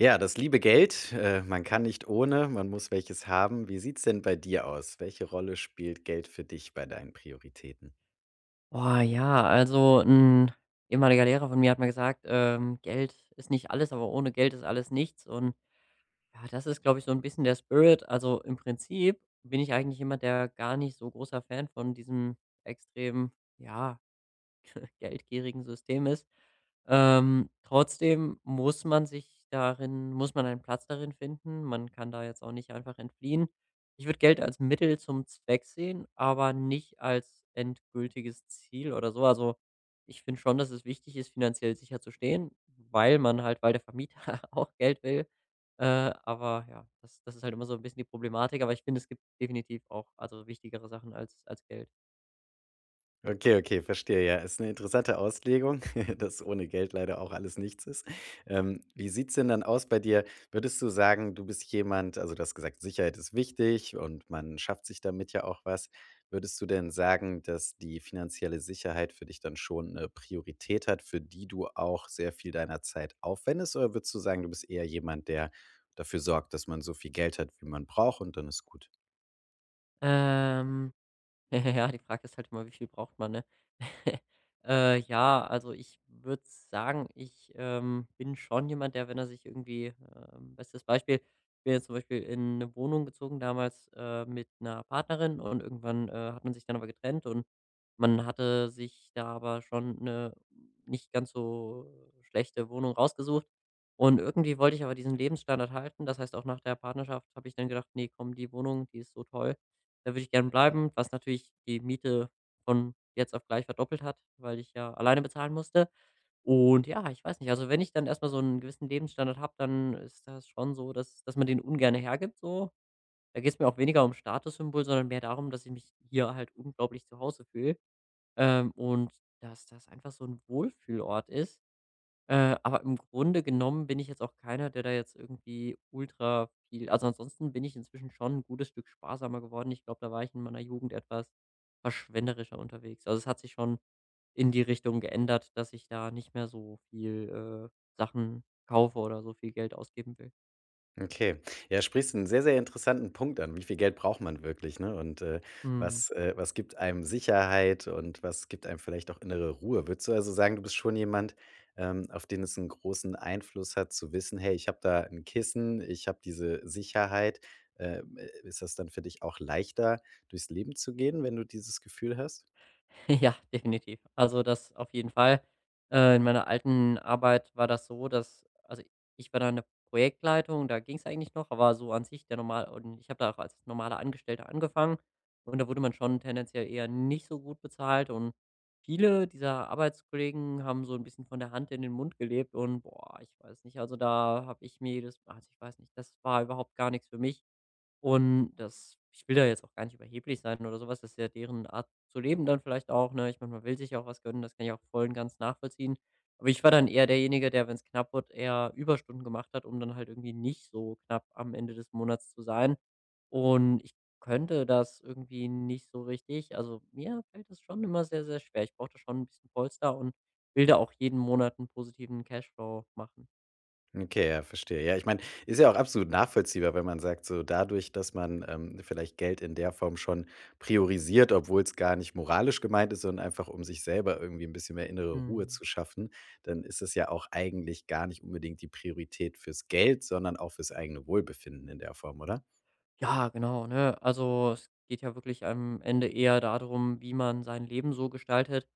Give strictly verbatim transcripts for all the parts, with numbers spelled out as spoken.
Ja, das liebe Geld, äh, man kann nicht ohne, man muss welches haben. Wie sieht's denn bei dir aus? Welche Rolle spielt Geld für dich bei deinen Prioritäten? Boah, ja, also ein ehemaliger Lehrer von mir hat mal gesagt, ähm: „Geld ist nicht alles, aber ohne Geld ist alles nichts." Und ja, das ist, glaube ich, so ein bisschen der Spirit. Also, im Prinzip bin ich eigentlich jemand, der gar nicht so großer Fan von diesem extremen, ja, geldgierigen System ist. Ähm, trotzdem muss man sich darin muss man einen Platz darin finden. Man kann da jetzt auch nicht einfach entfliehen. Ich würde Geld als Mittel zum Zweck sehen, aber nicht als endgültiges Ziel oder so. Also, ich finde schon, dass es wichtig ist, finanziell sicher zu stehen, weil man halt weil der Vermieter auch Geld will. Äh, aber ja, das das ist halt immer so ein bisschen die Problematik, aber ich finde, es gibt definitiv auch, also, wichtigere Sachen als als Geld. Okay, okay, verstehe, ja. Ist eine interessante Auslegung, dass ohne Geld leider auch alles nichts ist. Ähm, wie sieht's denn dann aus bei dir? Würdest du sagen, du bist jemand, also, du hast gesagt, Sicherheit ist wichtig und man schafft sich damit ja auch was. Würdest du denn sagen, dass die finanzielle Sicherheit für dich dann schon eine Priorität hat, für die du auch sehr viel deiner Zeit aufwendest? Oder würdest du sagen, du bist eher jemand, der dafür sorgt, dass man so viel Geld hat, wie man braucht und dann ist gut? Ähm Ja, die Frage ist halt immer, wie viel braucht man, ne? Äh, ja, also ich würde sagen, ich, ähm, bin schon jemand, der, wenn er sich irgendwie, ähm bestes Beispiel, ich bin jetzt zum Beispiel in eine Wohnung gezogen damals, äh, mit einer Partnerin, und irgendwann äh, hat man sich dann aber getrennt, und man hatte sich da aber schon eine nicht ganz so schlechte Wohnung rausgesucht. Und irgendwie wollte ich aber diesen Lebensstandard halten. Das heißt, auch nach der Partnerschaft habe ich dann gedacht: „Nee, komm, die Wohnung, die ist so toll, da würde ich gern bleiben", was natürlich die Miete von jetzt auf gleich verdoppelt hat, weil ich ja alleine bezahlen musste. Und ja, ich weiß nicht, also wenn ich dann erstmal so einen gewissen Lebensstandard habe, dann ist das schon so, dass dass man den ungerne hergibt so. Da geht es mir auch weniger um Statussymbol, sondern mehr darum, dass ich mich hier halt unglaublich zu Hause fühle, ähm, und dass das einfach so ein Wohlfühlort ist. Äh, aber im Grunde genommen bin ich jetzt auch keiner, der da jetzt irgendwie ultra viel, also, ansonsten bin ich inzwischen schon ein gutes Stück sparsamer geworden. Ich glaube, da war ich in meiner Jugend etwas verschwenderischer unterwegs. Also, es hat sich schon in die Richtung geändert, dass ich da nicht mehr so viel, äh, Sachen kaufe oder so viel Geld ausgeben will. Okay. Ja, sprichst einen sehr, sehr interessanten Punkt an. Wie viel Geld braucht man wirklich, ne? Und, äh, Mhm. was äh, was gibt einem Sicherheit und was gibt einem vielleicht auch innere Ruhe? Würdest du also sagen, du bist schon jemand, ähm, auf den es einen großen Einfluss hat zu wissen: „Hey, ich habe da ein Kissen, ich habe diese Sicherheit.“ Ähm, äh, ist das dann für dich auch leichter, durchs Leben zu gehen, wenn du dieses Gefühl hast? Ja, definitiv. Also, das auf jeden Fall. Äh, in meiner alten Arbeit war das so, dass, also, ich war da in der Projektleitung, da ging's eigentlich noch, aber so an sich der normal, und ich habe da auch als normaler Angestellter angefangen, und da wurde man schon tendenziell eher nicht so gut bezahlt, und viele dieser Arbeitskollegen haben so ein bisschen von der Hand in den Mund gelebt, und, boah, ich weiß nicht, also, da habe ich mir jedes, also, ich weiß nicht, das war überhaupt gar nichts für mich. Und das, ich will da jetzt auch gar nicht überheblich sein oder sowas, das ist ja deren Art zu leben dann vielleicht auch, ne? Ich meine, man will sich ja auch was gönnen, das kann ich auch voll und ganz nachvollziehen. Aber ich war dann eher derjenige, der, wenn es knapp wird, eher Überstunden gemacht hat, um dann halt irgendwie nicht so knapp am Ende des Monats zu sein. Und ich könnte das irgendwie nicht so richtig. Also, mir fällt das schon immer sehr, sehr schwer. Ich brauche da schon ein bisschen Polster und will da auch jeden Monat einen positiven Cashflow machen. Okay, ja, verstehe. Ja, ich meine, ist ja auch absolut nachvollziehbar, wenn man sagt, so dadurch, dass man ähm, vielleicht Geld in der Form schon priorisiert, obwohl es gar nicht moralisch gemeint ist, sondern einfach um sich selber irgendwie ein bisschen mehr innere Ruhe Mhm. zu schaffen, dann ist es ja auch eigentlich gar nicht unbedingt die Priorität fürs Geld, sondern auch fürs eigene Wohlbefinden in der Form, oder? Ja, genau, ne? Also, es geht ja wirklich am Ende eher darum, wie man sein Leben so gestaltet,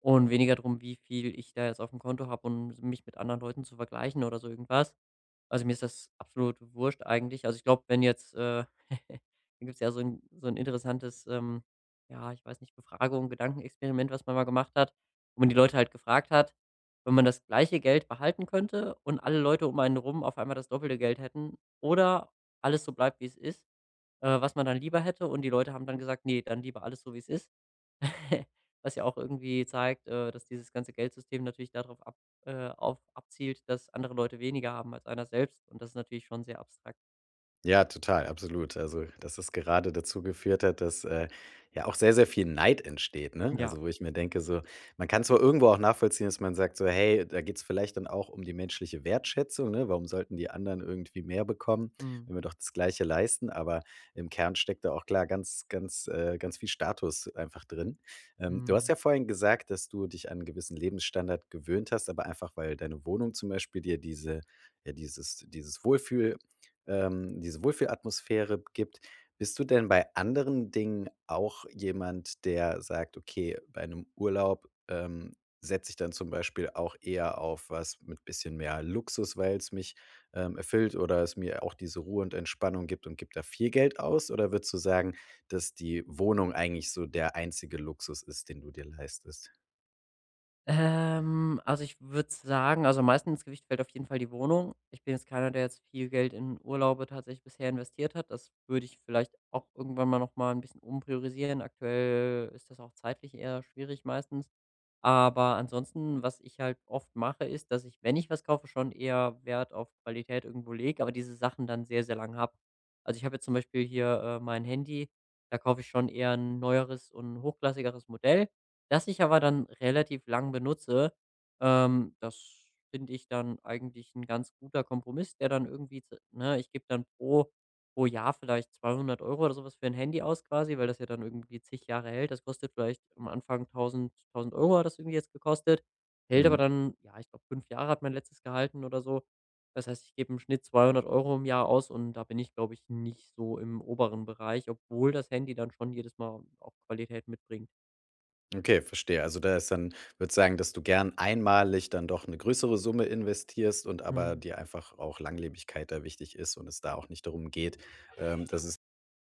und weniger darum, wie viel ich da jetzt auf dem Konto habe und mich mit anderen Leuten zu vergleichen oder so irgendwas. Also, mir ist das absolut wurscht eigentlich. Also, ich glaube, wenn jetzt, äh da gibt's ja so ein so ein interessantes, ähm, ja, ich weiß nicht, Befragung, Gedankenexperiment, was man mal gemacht hat, wo man die Leute halt gefragt hat, wenn man das gleiche Geld behalten könnte und alle Leute um einen rum auf einmal das doppelte Geld hätten oder alles so bleibt, wie es ist, äh, was man dann lieber hätte. Und die Leute haben dann gesagt: „Nee, dann lieber alles so, wie es ist." Was ja auch irgendwie zeigt, äh, dass dieses ganze Geldsystem natürlich darauf ab äh, auf abzielt, dass andere Leute weniger haben als einer selbst. Und das ist natürlich schon sehr abstrakt. Ja, total, absolut. Also, dass es gerade dazu geführt hat, dass, äh, ja auch sehr, sehr viel Neid entsteht, ne? Ja. Also, wo ich mir denke, so, man kann zwar irgendwo auch nachvollziehen, dass man sagt so: „Hey, da geht's vielleicht dann auch um die menschliche Wertschätzung, ne? Warum sollten die anderen irgendwie mehr bekommen, Mhm. wenn wir doch das Gleiche leisten?“ Aber im Kern steckt da auch klar ganz, ganz, äh ganz viel Status einfach drin. Ähm, du hast Mhm. ja vorhin gesagt, dass du dich an 'n gewissen Lebensstandard gewöhnt hast, aber einfach, weil deine Wohnung zum Beispiel dir diese, ja, dieses dieses Wohlfühl ähm, diese Wohlfühlatmosphäre gibt. Bist du denn bei anderen Dingen auch jemand, der sagt: „Okay, bei einem Urlaub, ähm, setze ich dann zum Beispiel auch eher auf was mit bisschen mehr Luxus, weil es mich, ähm, erfüllt oder es mir auch diese Ruhe und Entspannung gibt und gebe da viel Geld aus?“ Oder würdest du sagen, dass die Wohnung eigentlich so der einzige Luxus ist, den du dir leistest? Ähm, also, ich würde sagen, also, am meisten ins Gewicht fällt auf jeden Fall die Wohnung. Ich bin jetzt keiner, der jetzt viel Geld in Urlaube tatsächlich bisher investiert hat. Das würde ich vielleicht auch irgendwann mal noch mal 'n bisschen umpriorisieren. Aktuell ist das auch zeitlich eher schwierig meistens. Aber ansonsten, was ich halt oft mache, ist, dass ich, wenn ich was kaufe, schon eher Wert auf Qualität irgendwo lege, aber diese Sachen dann sehr, sehr lang habe. Also, ich habe jetzt zum Beispiel hier, äh, mein Handy, da kaufe ich schon eher ein neueres und hochklassigeres Modell, das ich aber dann relativ lang benutze. Ähm, das finde ich dann eigentlich ein ganz guter Kompromiss, der dann irgendwie, zu- ne, ich gebe dann pro pro Jahr vielleicht zweihundert Euro oder so was für ein Handy aus quasi, weil das ja dann irgendwie zig Jahre hält. Das kostet vielleicht am Anfang 1.000 1.000 Euro, hat das irgendwie jetzt gekostet, hält aber Mhm. dann, ja, ich glaube, fünf Jahre hat mein letztes gehalten oder so. Das heißt, ich gebe im Schnitt zweihundert Euro im Jahr aus, und da bin ich, glaube ich, nicht so im oberen Bereich, obwohl das Handy dann schon jedes Mal auch Qualität mitbringt. Okay, verstehe. Also da ist dann, würde sagen, dass du gern einmalig dann doch eine größere Summe investierst und aber Mhm, dir einfach auch Langlebigkeit da wichtig ist und es da auch nicht darum geht, ähm, dass es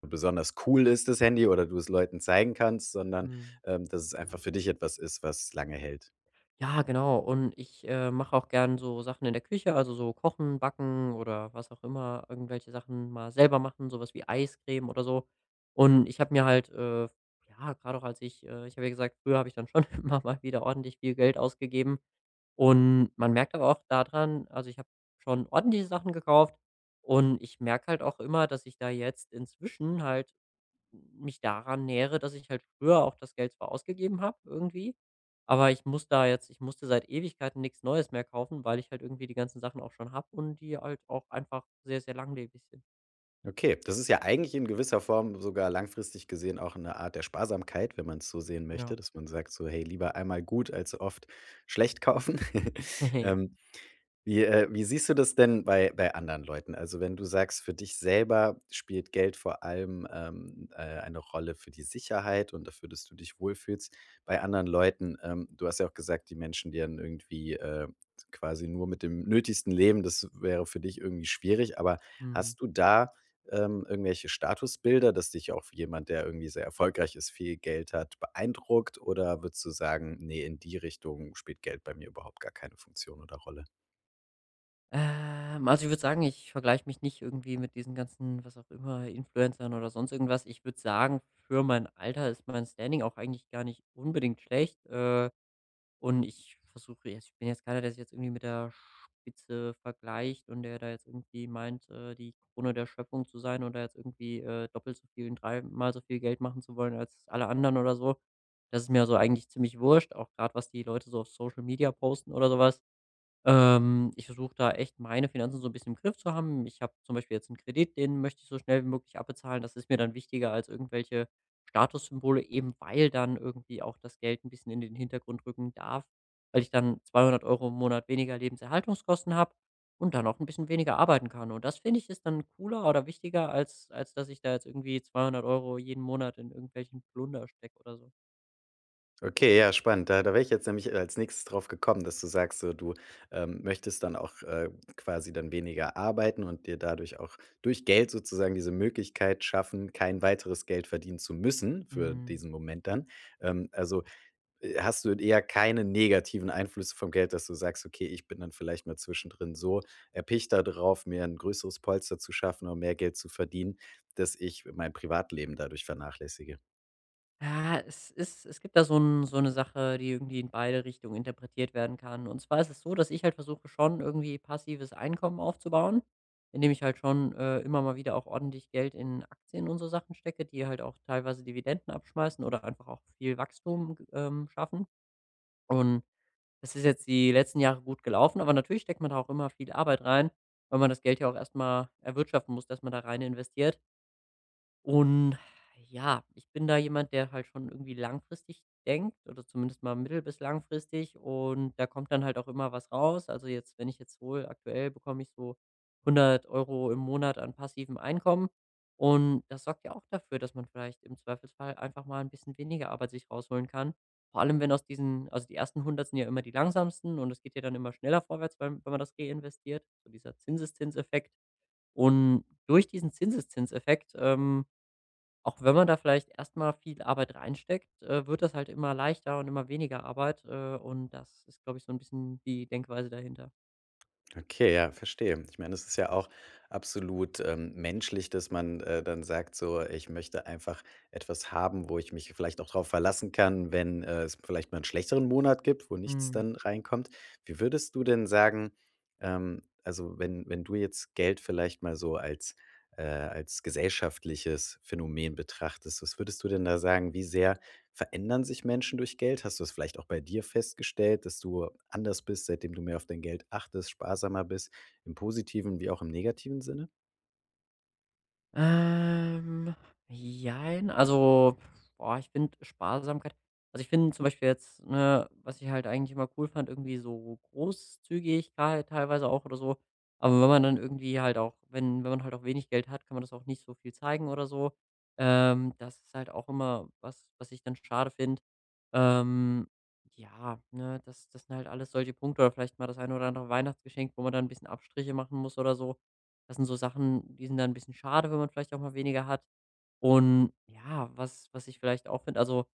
besonders cool ist, das Handy, oder du es Leuten zeigen kannst, sondern, mhm. ähm, dass es einfach für dich etwas ist, was lange hält. Ja, genau. Und ich äh, mache auch gern so Sachen in der Küche, also so kochen, backen oder was auch immer, irgendwelche Sachen mal selber machen, sowas wie Eiscreme oder so. Und ich habe mir halt, äh, ja, gerade auch als ich äh, ich habe ja gesagt, früher habe ich dann schon immer mal wieder ordentlich viel Geld ausgegeben. Und man merkt aber auch daran, also, ich habe schon ordentliche Sachen gekauft, und ich merke halt auch immer, dass ich da jetzt inzwischen halt mich daran nähere, dass ich halt früher auch das Geld zwar ausgegeben habe irgendwie, aber ich muss da jetzt ich musste seit Ewigkeiten nichts Neues mehr kaufen, weil ich halt irgendwie die ganzen Sachen auch schon habe und die halt auch einfach sehr, sehr langlebig sind. Okay, das ist ja eigentlich in gewisser Form sogar langfristig gesehen auch eine Art der Sparsamkeit, wenn man es so sehen möchte, Ja. dass man sagt so: „Hey, lieber einmal gut als oft schlecht kaufen.“ Ja. Ähm. Wie, äh wie siehst du das denn bei bei anderen Leuten? Also, wenn du sagst, für dich selber spielt Geld vor allem, ähm, äh, eine Rolle für die Sicherheit und dafür, dass du dich wohlfühlst. Bei anderen Leuten, ähm du hast ja auch gesagt, die Menschen, die dann irgendwie, äh, quasi nur mit dem Nötigsten leben, das wäre für dich irgendwie schwierig. Aber Mhm. hast du da, ähm, irgendwelche Statusbilder, dass dich auch jemand, der irgendwie sehr erfolgreich ist, viel Geld hat, beeindruckt? Oder würdest du sagen: nee, in die Richtung spielt Geld bei mir überhaupt gar keine Funktion oder Rolle?“ Ähm, also, ich würde sagen, ich vergleiche mich nicht irgendwie mit diesen ganzen, was auch immer, Influencern oder sonst irgendwas. Ich würde sagen, für mein Alter ist mein Standing auch eigentlich gar nicht unbedingt schlecht. Äh Und ich versuche jetzt ich bin jetzt keiner, der sich jetzt irgendwie mit der Spitze vergleicht und der da jetzt irgendwie meint, äh, die Krone der Schöpfung zu sein oder jetzt irgendwie, äh, doppelt so viel und dreimal so viel Geld machen zu wollen als alle anderen oder so. Das ist mir so eigentlich ziemlich wurscht, auch gerade was die Leute so auf Social Media posten oder sowas ähm, Ich versuche da echt meine Finanzen so ein bisschen im Griff zu haben. Ich habe zum Beispiel jetzt einen Kredit, den möchte ich so schnell wie möglich abbezahlen. Das ist mir dann wichtiger als irgendwelche Statussymbole, eben weil dann irgendwie auch das Geld ein bisschen in den Hintergrund rücken darf, weil ich dann zweihundert Euro im Monat weniger Lebenserhaltungskosten habe und dann auch ein bisschen weniger arbeiten kann. Und das finde ich ist dann cooler oder wichtiger, als, als dass ich da jetzt irgendwie zweihundert Euro jeden Monat in irgendwelchen Plunder stecke oder so. Okay, ja, spannend. Da da wäre ich jetzt nämlich äh, als Nächstes drauf gekommen, dass du sagst, so du, ähm, möchtest dann auch, äh, quasi dann weniger arbeiten und dir dadurch auch durch Geld sozusagen diese Möglichkeit schaffen, kein weiteres Geld verdienen zu müssen für Mhm. diesen Moment dann. Ähm, also, äh, hast du eher keine negativen Einflüsse vom Geld, dass du sagst: „Okay, ich bin dann vielleicht mal zwischendrin so erpicht darauf, mir ein größeres Polster zu schaffen und mehr Geld zu verdienen, dass ich mein Privatleben dadurch vernachlässige?“ Ja, es ist, es gibt da so 'n so eine Sache, die irgendwie in beide Richtungen interpretiert werden kann. Und zwar ist es so, dass ich halt versuche, schon irgendwie passives Einkommen aufzubauen, indem ich halt schon, äh, immer mal wieder auch ordentlich Geld in Aktien und so Sachen stecke, die halt auch teilweise Dividenden abschmeißen oder einfach auch viel Wachstum, ähm, schaffen. Und das ist jetzt die letzten Jahre gut gelaufen, aber natürlich steckt man da auch immer viel Arbeit rein, weil man das Geld ja auch erstmal erwirtschaften muss, dass man da rein investiert. Und ja, ich bin da jemand, der halt schon irgendwie langfristig denkt oder zumindest mal mittel- bis langfristig, und da kommt dann halt auch immer was raus. Also jetzt, wenn ich jetzt hole, aktuell bekomme ich so hundert Euro im Monat an passivem Einkommen, und das sorgt ja auch dafür, dass man vielleicht im Zweifelsfall einfach mal ein bisschen weniger Arbeit sich rausholen kann. Vor allem, wenn aus diesen, also, die ersten hundert sind ja immer die langsamsten, und es geht ja dann immer schneller vorwärts, wenn wenn man das reinvestiert, so dieser Zinseszinseffekt. Und durch diesen Zinseszinseffekt, ähm auch wenn man da vielleicht erstmal viel Arbeit reinsteckt, äh, wird das halt immer leichter und immer weniger Arbeit, äh, und das ist, glaube ich, so ein bisschen die Denkweise dahinter. Okay, ja, verstehe. Ich meine, es ist ja auch absolut ähm, menschlich, dass man äh, dann sagt, so, ich möchte einfach etwas haben, wo ich mich vielleicht auch darauf verlassen kann, wenn äh, es vielleicht mal einen schlechteren Monat gibt, wo nichts Mhm. dann reinkommt. Wie würdest du denn sagen, ähm, also wenn, wenn du jetzt Geld vielleicht mal so als, äh, als gesellschaftliches Phänomen betrachtest, was würdest du denn da sagen, wie sehr verändern sich Menschen durch Geld? Hast du es vielleicht auch bei dir festgestellt, dass du anders bist, seitdem du mehr auf dein Geld achtest, sparsamer bist, im positiven wie auch im negativen Sinne? Ähm, Jein. Also, boah, ich finde Sparsamkeit, also, ich finde zum Beispiel jetzt, ne, was ich halt eigentlich immer cool fand, irgendwie so Großzügigkeit teilweise auch oder so. Aber wenn man dann irgendwie halt auch wenn wenn man halt auch wenig Geld hat, kann man das auch nicht so viel zeigen oder so. Ähm, das ist halt auch immer was, was ich dann schade finde. Ähm, ja, ne, das das sind halt alles solche Punkte oder vielleicht mal das eine oder andere Weihnachtsgeschenk, wo man dann ein bisschen Abstriche machen muss oder so. Das sind so Sachen, die sind dann ein bisschen schade, wenn man vielleicht auch mal weniger hat. Und ja, was was ich vielleicht auch finde, also,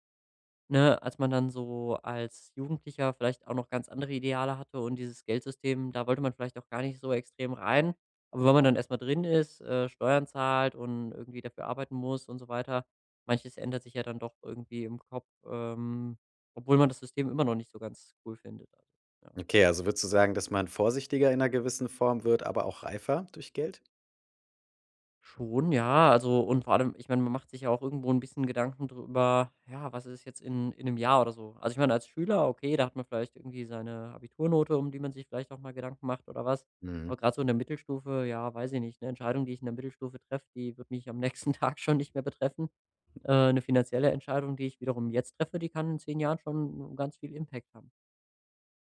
ne, als man dann so als Jugendlicher vielleicht auch noch ganz andere Ideale hatte und dieses Geldsystem, da wollte man vielleicht auch gar nicht so extrem rein. Aber wenn man dann erst mal drin ist, äh, Steuern zahlt und irgendwie dafür arbeiten muss und so weiter, manches ändert sich ja dann doch irgendwie im Kopf, ähm, obwohl man das System immer noch nicht so ganz cool findet. Also, ja. Okay, also würdest du sagen, dass man vorsichtiger in einer gewissen Form wird, aber auch reifer durch Geld? Schon, ja. Also, und vor allem, ich meine, man macht sich ja auch irgendwo ein bisschen Gedanken drüber, ja, was ist jetzt in in einem Jahr oder so? Also, ich meine, als Schüler, okay, da hat man vielleicht irgendwie seine Abiturnote, um die man sich vielleicht auch mal Gedanken macht oder was. Aber Mhm. gerade so in der Mittelstufe, ja, weiß ich nicht, eine Entscheidung, die ich in der Mittelstufe treffe, die wird mich am nächsten Tag schon nicht mehr betreffen. Äh, 'ne finanzielle Entscheidung, die ich wiederum jetzt treffe, die kann in zehn Jahren schon ganz viel Impact haben.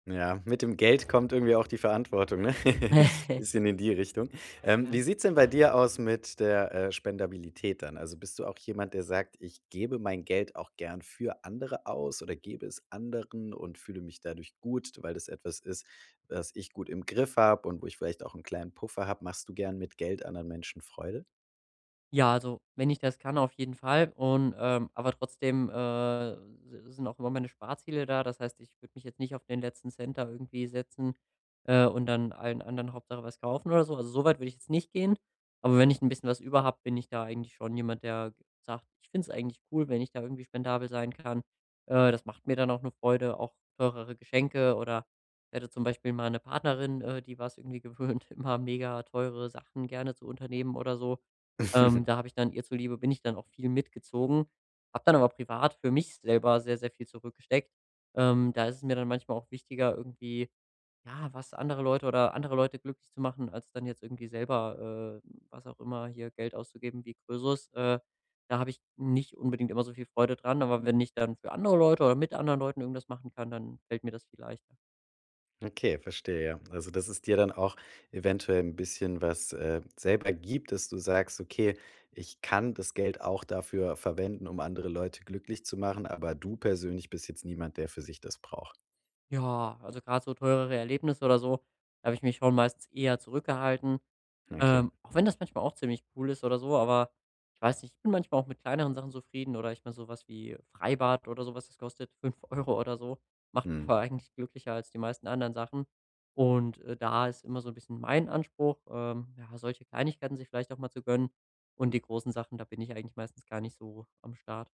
Ja, mit dem Geld kommt irgendwie auch die Verantwortung, ne? Bisschen in die Richtung. Ähm, Ja. wie sieht's denn bei dir aus mit der, äh, Spendabilität dann? Also, bist du auch jemand, der sagt: „Ich gebe mein Geld auch gern für andere aus oder gebe es anderen und fühle mich dadurch gut, weil das etwas ist, was ich gut im Griff habe und wo ich vielleicht auch einen kleinen Puffer habe.“ Machst du gern mit Geld anderen Menschen Freude? Ja, also, wenn ich das kann, auf jeden Fall, und ähm aber trotzdem, äh, si sind auch immer meine Sparziele da. Das heißt, ich würde mich jetzt nicht auf den letzten Cent da irgendwie setzen, äh, und dann allen anderen Hauptsache was kaufen oder so. Also, so weit würde ich jetzt nicht gehen. Aber wenn ich ein bisschen was über habe, bin ich da eigentlich schon jemand, der g sagt: „Ich finde es eigentlich cool, wenn ich da irgendwie spendabel sein kann.“ Äh, das macht mir dann auch eine Freude, auch teurere Geschenke, oder ich hatte zum Beispiel mal eine Partnerin, äh, die war's irgendwie gewöhnt, immer mega teure Sachen gerne zu unternehmen oder so. Ähm, da habe ich dann ihr zuliebe, bin ich dann auch viel mitgezogen, habe dann aber privat für mich selber sehr, sehr viel zurückgesteckt. Ähm, da ist es mir dann manchmal auch wichtiger, irgendwie, ja, was andere Leute oder andere Leute glücklich zu machen, als dann jetzt irgendwie selber, äh, was auch immer hier Geld auszugeben wie Krösus. Äh, da habe ich nicht unbedingt immer so viel Freude dran, aber wenn ich dann für andere Leute oder mit anderen Leuten irgendwas machen kann, dann fällt mir das viel leichter. Okay, verstehe, ja. Also, dass es dir dann auch eventuell ein bisschen was, äh, selber gibt, dass du sagst: „Okay, ich kann das Geld auch dafür verwenden, um andere Leute glücklich zu machen“, aber du persönlich bist jetzt niemand, der für sich das braucht. Ja, also gerade so teurere Erlebnisse oder so, da habe ich mich schon meistens eher zurückgehalten. Okay, Ähm, auch wenn das manchmal auch ziemlich cool ist oder so, aber ich weiß nicht, ich bin manchmal auch mit kleineren Sachen zufrieden, oder ich meine sowas wie Freibad oder sowas, das kostet fünf Euro oder so, macht mich mhm. aber eigentlich glücklicher als die meisten anderen Sachen. Und, äh, da ist immer so ein bisschen mein Anspruch, ähm, ja, solche Kleinigkeiten sich vielleicht auch mal zu gönnen, und die großen Sachen, da bin ich eigentlich meistens gar nicht so am Start.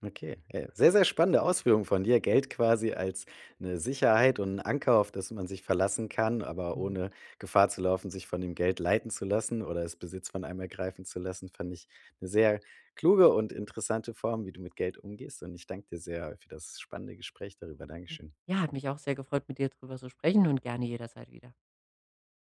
Okay, ey, sehr, sehr spannende Ausführung von dir. Geld quasi als eine Sicherheit und ein Anker, auf das man sich verlassen kann, aber Mhm. ohne Gefahr zu laufen, sich von dem Geld leiten zu lassen oder es Besitz von einem ergreifen zu lassen, fand ich eine sehr kluge und interessante Form, wie du mit Geld umgehst. Und ich danke dir sehr für das spannende Gespräch darüber. Dankeschön. Ja, hat mich auch sehr gefreut, mit dir drüber zu sprechen, und gerne jederzeit wieder.